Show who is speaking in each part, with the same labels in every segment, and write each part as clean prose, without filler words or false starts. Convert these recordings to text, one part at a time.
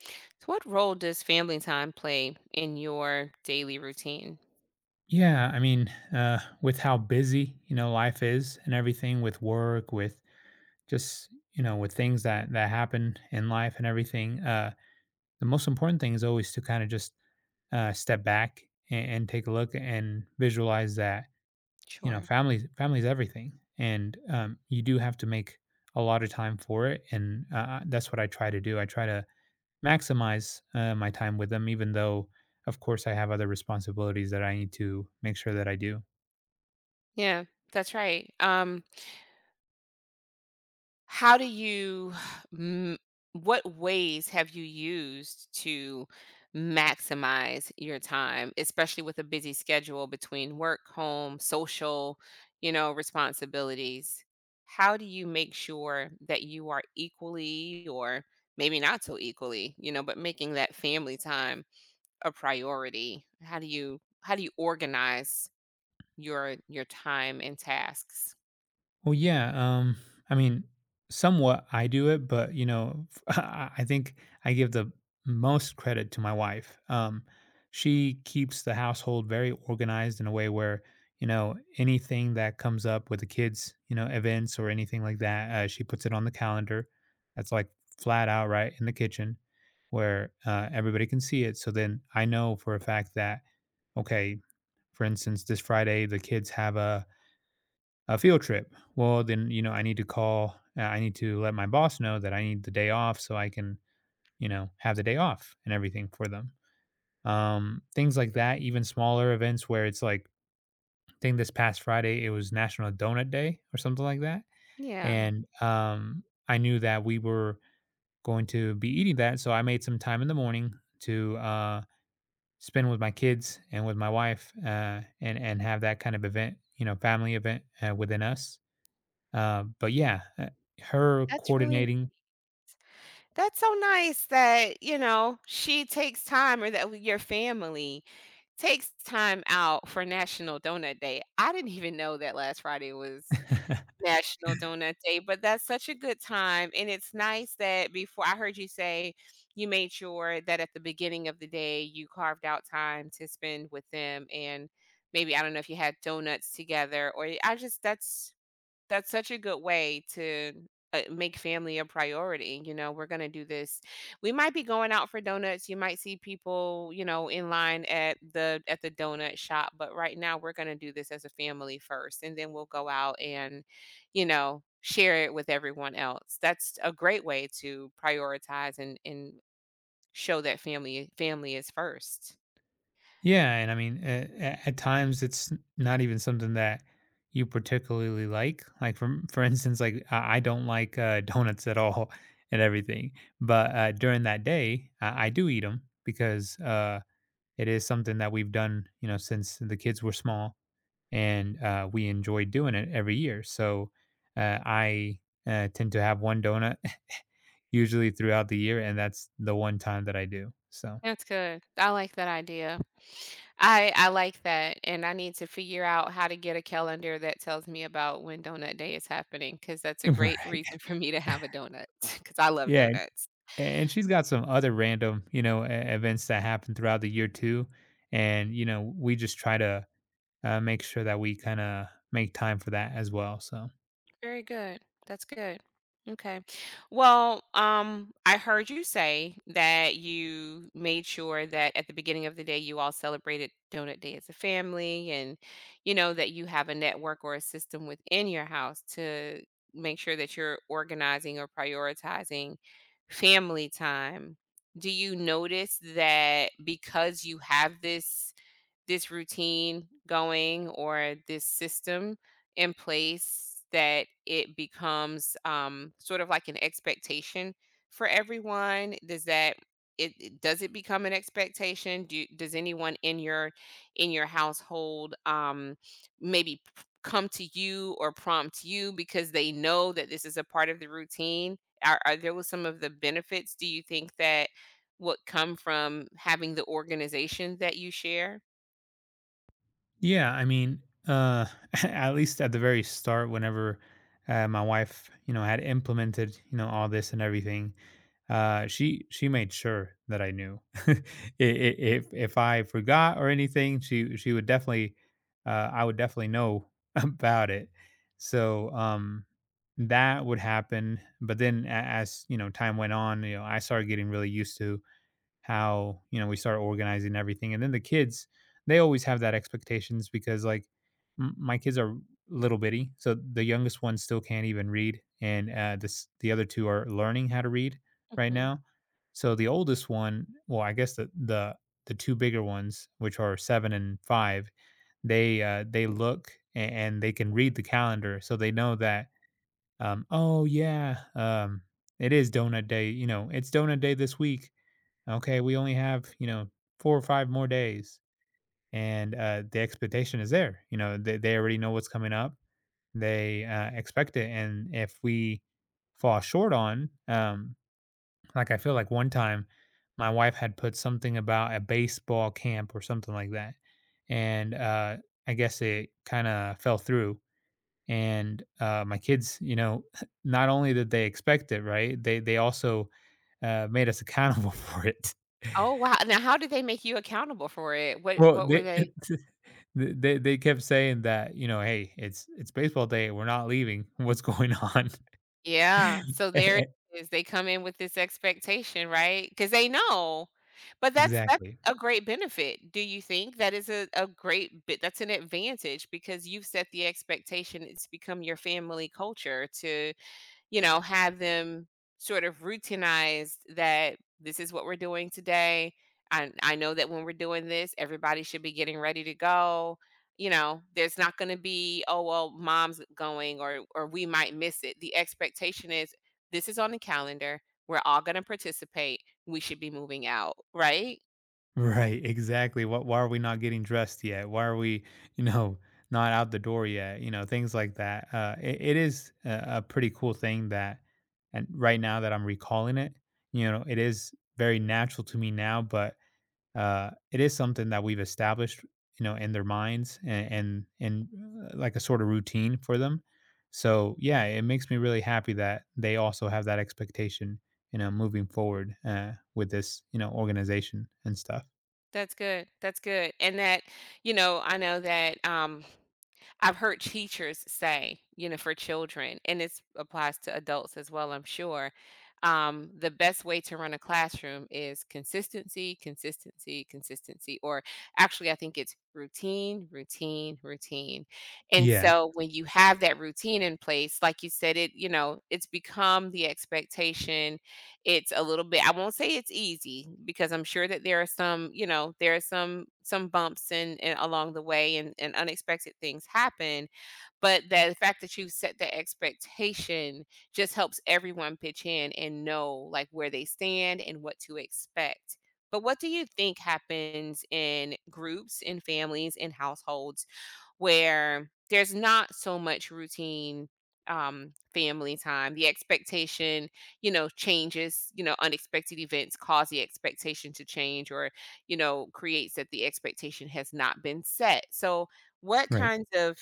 Speaker 1: So what role does family time play in your daily routine?
Speaker 2: Yeah, I mean, with how busy life is and everything, with work, with just with things that happen in life and everything, the most important thing is always to kind of just step back and take a look and visualize that
Speaker 1: Sure.
Speaker 2: family's everything, and you do have to make a lot of time for it, and that's what I try to do. I try to maximize my time with them, even though, of course, I have other responsibilities that I need to make sure that I do.
Speaker 1: Yeah, that's right. How do you, m- what ways have you used to maximize your time, especially with a busy schedule between work, home, social, you know, responsibilities? How do you make sure that you are equally or maybe not so equally, you know, but making that family time a priority? How do you organize your time and tasks?
Speaker 2: Well, yeah. Um, I mean, somewhat I do it, but I think I give the most credit to my wife. She keeps the household very organized in a way where anything that comes up with the kids, events or anything like that, she puts it on the calendar. That's like flat out right in the kitchen, where everybody can see it. So then I know for a fact that okay, for instance, this Friday the kids have a field trip. Well, then, I need to let my boss know that I need the day off so I can, have the day off and everything for them. Things like that, even smaller events where it's like, I think this past Friday, it was National Donut Day or something like that.
Speaker 1: Yeah,
Speaker 2: And I knew that we were going to be eating that. So I made some time in the morning to spend with my kids and with my wife and have that kind of event, family event within us. But yeah, her
Speaker 1: that's really,
Speaker 2: coordinating
Speaker 1: that's so nice that, you know, she takes time, or that your family takes time out for National Donut Day. I didn't even know that last Friday was National Donut Day, but that's such a good time, and it's nice that before I heard you say you made sure that at the beginning of the day, you carved out time to spend with them, and maybe, I don't know if you had donuts together or I just, that's such a good way to make family a priority. You know, "We're gonna do this." We might be going out for donuts, you might see people, you know, in line at the donut shop, but right now we're gonna do this as a family first, and then we'll go out and, you know, share it with everyone else. That's a great way to prioritize and show that family, family is first.
Speaker 2: yeah, and I mean, at times it's not even something that you particularly like. Like for instance, like I don't like donuts at all and everything, but during that day, I do eat them because it is something that we've done, since the kids were small, and we enjoy doing it every year. So I tend to have one donut usually throughout the year, and that's the one time that I do. So.
Speaker 1: That's good. I like that idea. I like that, and I need to figure out how to get a calendar that tells me about when donut day is happening, because that's a great
Speaker 2: Right.
Speaker 1: reason for me to have a donut because I love
Speaker 2: Yeah,
Speaker 1: donuts.
Speaker 2: and she's got some other random, e events that happen throughout the year too, and, we just try to, make sure that we kinda make time for that as well, so
Speaker 1: Very good. That's good. Okay. Well, I heard you say that you made sure that at the beginning of the day you all celebrated Donut Day as a family, and you know that you have a network or a system within your house to make sure that you're organizing or prioritizing family time. Do you notice that because you have this routine going, or this system in place, that it becomes, sort of like an expectation for everyone? Does that, does it become an expectation? Do Does anyone in your, in your household, maybe come to you or prompt you because they know that this is a part of the routine? Are there was some of the benefits, do you think, that what come from having the organization that you share?
Speaker 2: Yeah, I mean, uh, at least at the very start, whenever, my wife, had implemented, all this and everything. She made sure that I knew. I- if I forgot or anything, she would definitely, I would definitely know about it. So that would happen. But then as time went on, I started getting really used to how, we start organizing everything. And then the kids, they always have that expectations because like my kids are little bitty. So the youngest one still can't even read. And the other two are learning how to read right
Speaker 1: Mhm.
Speaker 2: now. So the oldest one, well, I guess the two bigger ones, which are 7 and 5, they look and they can read the calendar, so they know that oh yeah, it is donut day. You know, it's donut day this week, okay, we only have, 4 or 5 more days. And the expectation is there. You know, they already know what's coming up. They expect it. And if we fall short on, like I feel like one time my wife had put something about a baseball camp or something like that. And I guess it kind of fell through. And my kids, not only did they expect it, right? They also made us accountable for it.
Speaker 1: Oh, wow. Now how did they make you accountable for it? What
Speaker 2: Well,
Speaker 1: what were
Speaker 2: they
Speaker 1: they?
Speaker 2: th they kept saying that, "Hey, it's baseball day, we're not leaving. What's going on?"
Speaker 1: Yeah. So there it
Speaker 2: Eh,
Speaker 1: is. They come in with this expectation, right? Because they know. But that's
Speaker 2: Exactly.
Speaker 1: a great benefit. Do you think that is a great bit, that's an advantage because you've set the expectation? It's become your family culture to, you know, have them sort of routinized, that this is what we're doing today. I know that when we're doing this, everybody should be getting ready to go. You know, there's not going to be, oh, well, mom's going, or we might miss it. The expectation is this is on the calendar. We're all going to participate. We should be moving out, right?
Speaker 2: Right, exactly. "What Why are we not getting dressed yet? Why are we, you know, not out the door yet?" You know, things like that. It is a pretty cool thing that and right now that I'm recalling it, it is very natural to me now, but it is something that we've established, in their minds and like a sort of routine for them. So yeah, it makes me really happy that they also have that expectation, moving forward with this, organization and stuff.
Speaker 1: That's good. That's good. And that, you know, I know that, I've heard teachers say, you know, for children, and this applies to adults as well, I'm sure. The best way to run a classroom is consistency, consistency, consistency, or actually, I think it's routine, routine, routine. And
Speaker 2: Yeah.
Speaker 1: so when you have that routine in place, like you said, it, you know, it's become the expectation. It's a little bit, I won't say it's easy, because I'm sure that there are some, you know, there are some bumps and along the way, and unexpected things happen, but the fact that you set the expectation just helps everyone pitch in and know, like, where they stand and what to expect. But what do you think happens in groups, in families, in households where there's not so much routine, family time, the expectation, you know, changes, you know, unexpected events cause the expectation to change, or, you know, creates that the expectation has not been set. So what
Speaker 2: Right.
Speaker 1: kinds of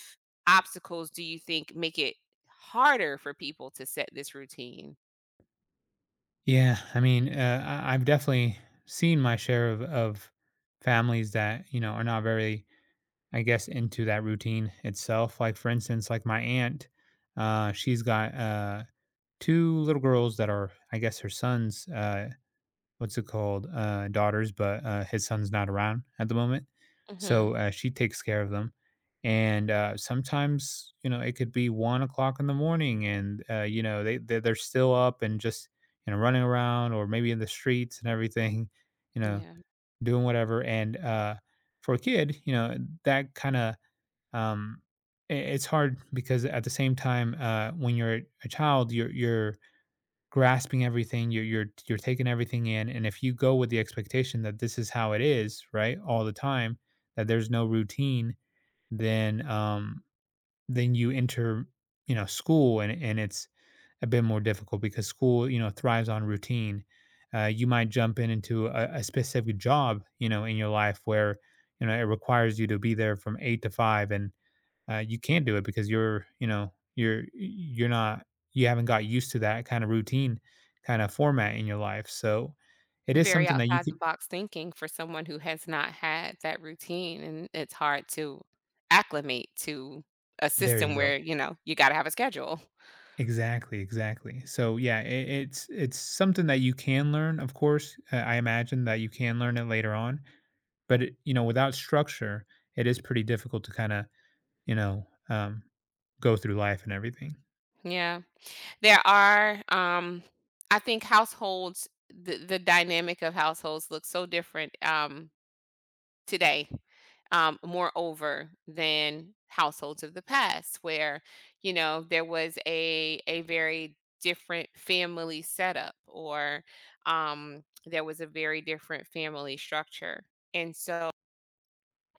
Speaker 1: obstacles do you think make it harder for people to set this routine?
Speaker 2: Yeah, I mean, I've definitely seen my share of families that are not very, I guess, into that routine itself. Like, for instance, like my aunt, she's got two little girls that are, I guess, her son's, what's it called, daughters, but his son's not around at the moment.
Speaker 1: Mm-hmm.
Speaker 2: So she takes care of them. And sometimes, it could be 1 o'clock in the morning and, they're still up and just, running around or maybe in the streets and everything, you know,
Speaker 1: Yeah.
Speaker 2: doing whatever. And for a kid, that kind of um, it's hard because at the same time, when you're a child, you're grasping everything, you're taking everything in, and if you go with the expectation that this is how it is, right, all the time, that there's no routine, then um, then you enter, school, and it's a bit more difficult because school, thrives on routine. You might jump in into a specific job, in your life where it requires you to be there from 8 to 5, and you can't do it because you're not, you haven't got used to that kind of routine kind of format in your life, so it is
Speaker 1: Very
Speaker 2: something that you
Speaker 1: outside the
Speaker 2: could
Speaker 1: box thinking for someone who has not had that routine, and it's hard to acclimate to a
Speaker 2: there you
Speaker 1: system
Speaker 2: go,
Speaker 1: where, you know, you gotta have a schedule.
Speaker 2: exactly, exactly. So yeah, it's something that you can learn, of course. I imagine that you can learn it later on, but without structure, it is pretty difficult to kind of, you know um, go through life and everything.
Speaker 1: Yeah. There are, I think households, the dynamic of households looks so different, today, moreover than households of the past, where, you know, there was a very different family setup, or, there was a very different family structure, and so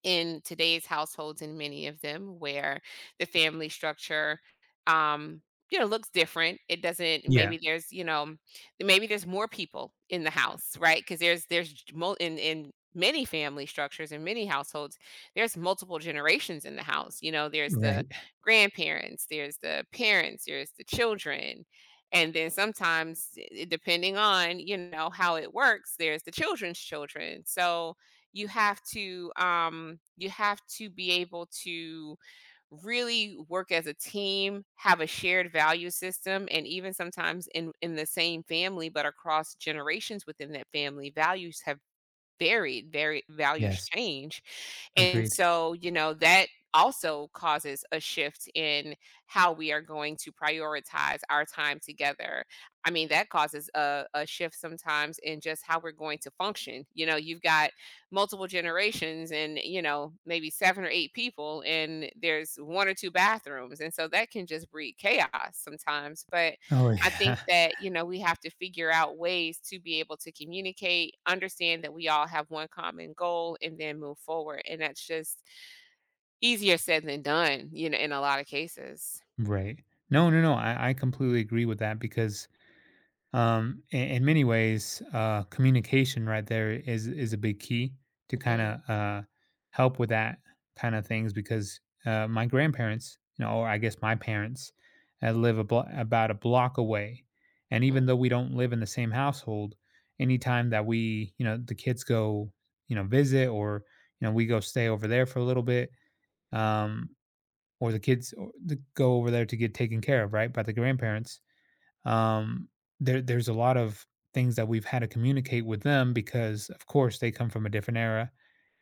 Speaker 1: in today's households, in many of them where the family structure, um you know, looks different, it doesn't,
Speaker 2: Yeah.
Speaker 1: maybe there's, you know, maybe there's more people in the house, right? Because there's j- mul in many family structures, in many households, there's multiple generations in the house. You know, there's the
Speaker 2: Right.
Speaker 1: grandparents, there's the parents, there's the children, and then sometimes, depending on, you know, how it works, there's the children's children. So you have to, you have to be able to really work as a team, have a shared value system. And even sometimes in the same family, but across generations within that family, values have varied, very, values
Speaker 2: Yes.
Speaker 1: change. And
Speaker 2: Agreed.
Speaker 1: so, you know, that also causes a shift in how we are going to prioritize our time together. I mean, that causes a shift sometimes in just how we're going to function. You know, you've got multiple generations and, you know, maybe seven or eight people, and there's one or two bathrooms. And so that can just breed chaos sometimes. But
Speaker 2: Oh
Speaker 1: I think
Speaker 2: yeah.
Speaker 1: that, you know, we have to figure out ways to be able to communicate, understand that we all have one common goal, and then move forward. And that's just easier said than done, you know, in a lot of cases.
Speaker 2: Right. No, no, no. I completely agree with that because in many ways, communication right there is a big key to kind
Speaker 1: Hmm.
Speaker 2: of help with that kind of things because my grandparents, or I guess my parents live about a block away. And
Speaker 1: Hmm.
Speaker 2: even though we don't live in the same household, anytime that we, the kids go, visit or we go stay over there for a little bit, um or the kids or go over there to get taken care of, right, by the grandparents. Um, there's a lot of things that we've had to communicate with them because, of course, they come from a different era,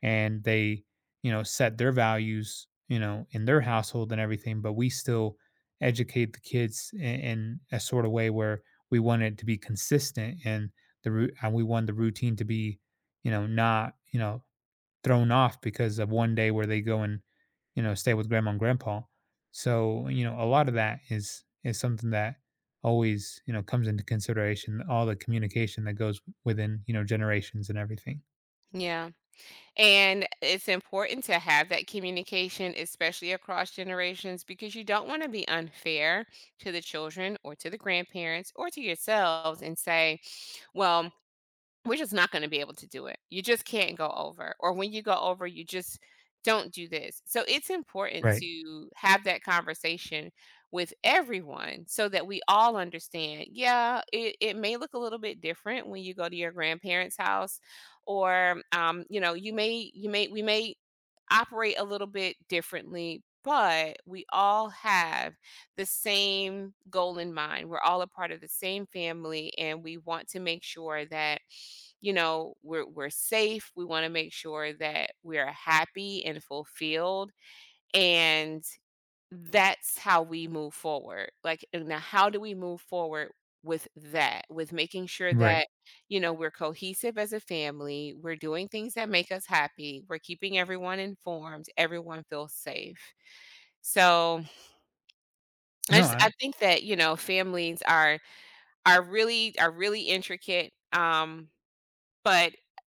Speaker 2: and they, set their values, in their household and everything. But we still educate the kids in a sort of way where we want it to be consistent and and we want the routine to be, not, thrown off because of one day where they go and, stay with grandma and grandpa. So, a lot of that is something that always, comes into consideration, all the communication that goes within, generations and everything.
Speaker 1: Yeah. And it's important to have that communication, especially across generations, because you don't want to be unfair to the children or to the grandparents or to yourselves and say, well, we're just not gonna be able to do it. You just can't go over, or when you go over, you just don't do this. So it's important
Speaker 2: Right.
Speaker 1: to have that conversation with everyone so that we all understand, yeah, it may look a little bit different when you go to your grandparents' house, or, you know, you may we may operate a little bit differently, but we all have the same goal in mind. We're all a part of the same family, and we want to make sure that, you know, we're safe. We want to make sure that we are happy and fulfilled, and that's how we move forward. Like, and now how do we move forward with that? With making sure
Speaker 2: Right.
Speaker 1: that, you know, we're cohesive as a family, we're doing things that make us happy, we're keeping everyone informed, everyone feels safe. So, I
Speaker 2: No,
Speaker 1: just, I think that, you know, families are really, are really intricate. But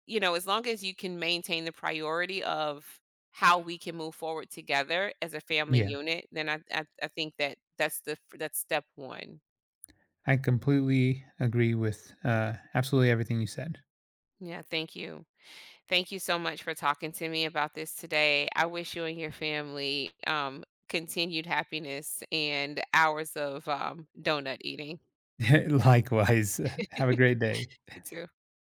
Speaker 1: you know, as long as you can maintain the priority of how we can move forward together as a family
Speaker 2: yeah,
Speaker 1: unit, then I think that that's the, that's step one.
Speaker 2: I completely agree with absolutely everything you said.
Speaker 1: Yeah, thank you. Thank you so much for talking to me about this today. I wish you and your family, continued happiness and hours of, donut eating.
Speaker 2: Likewise. Have a great day.
Speaker 1: You too.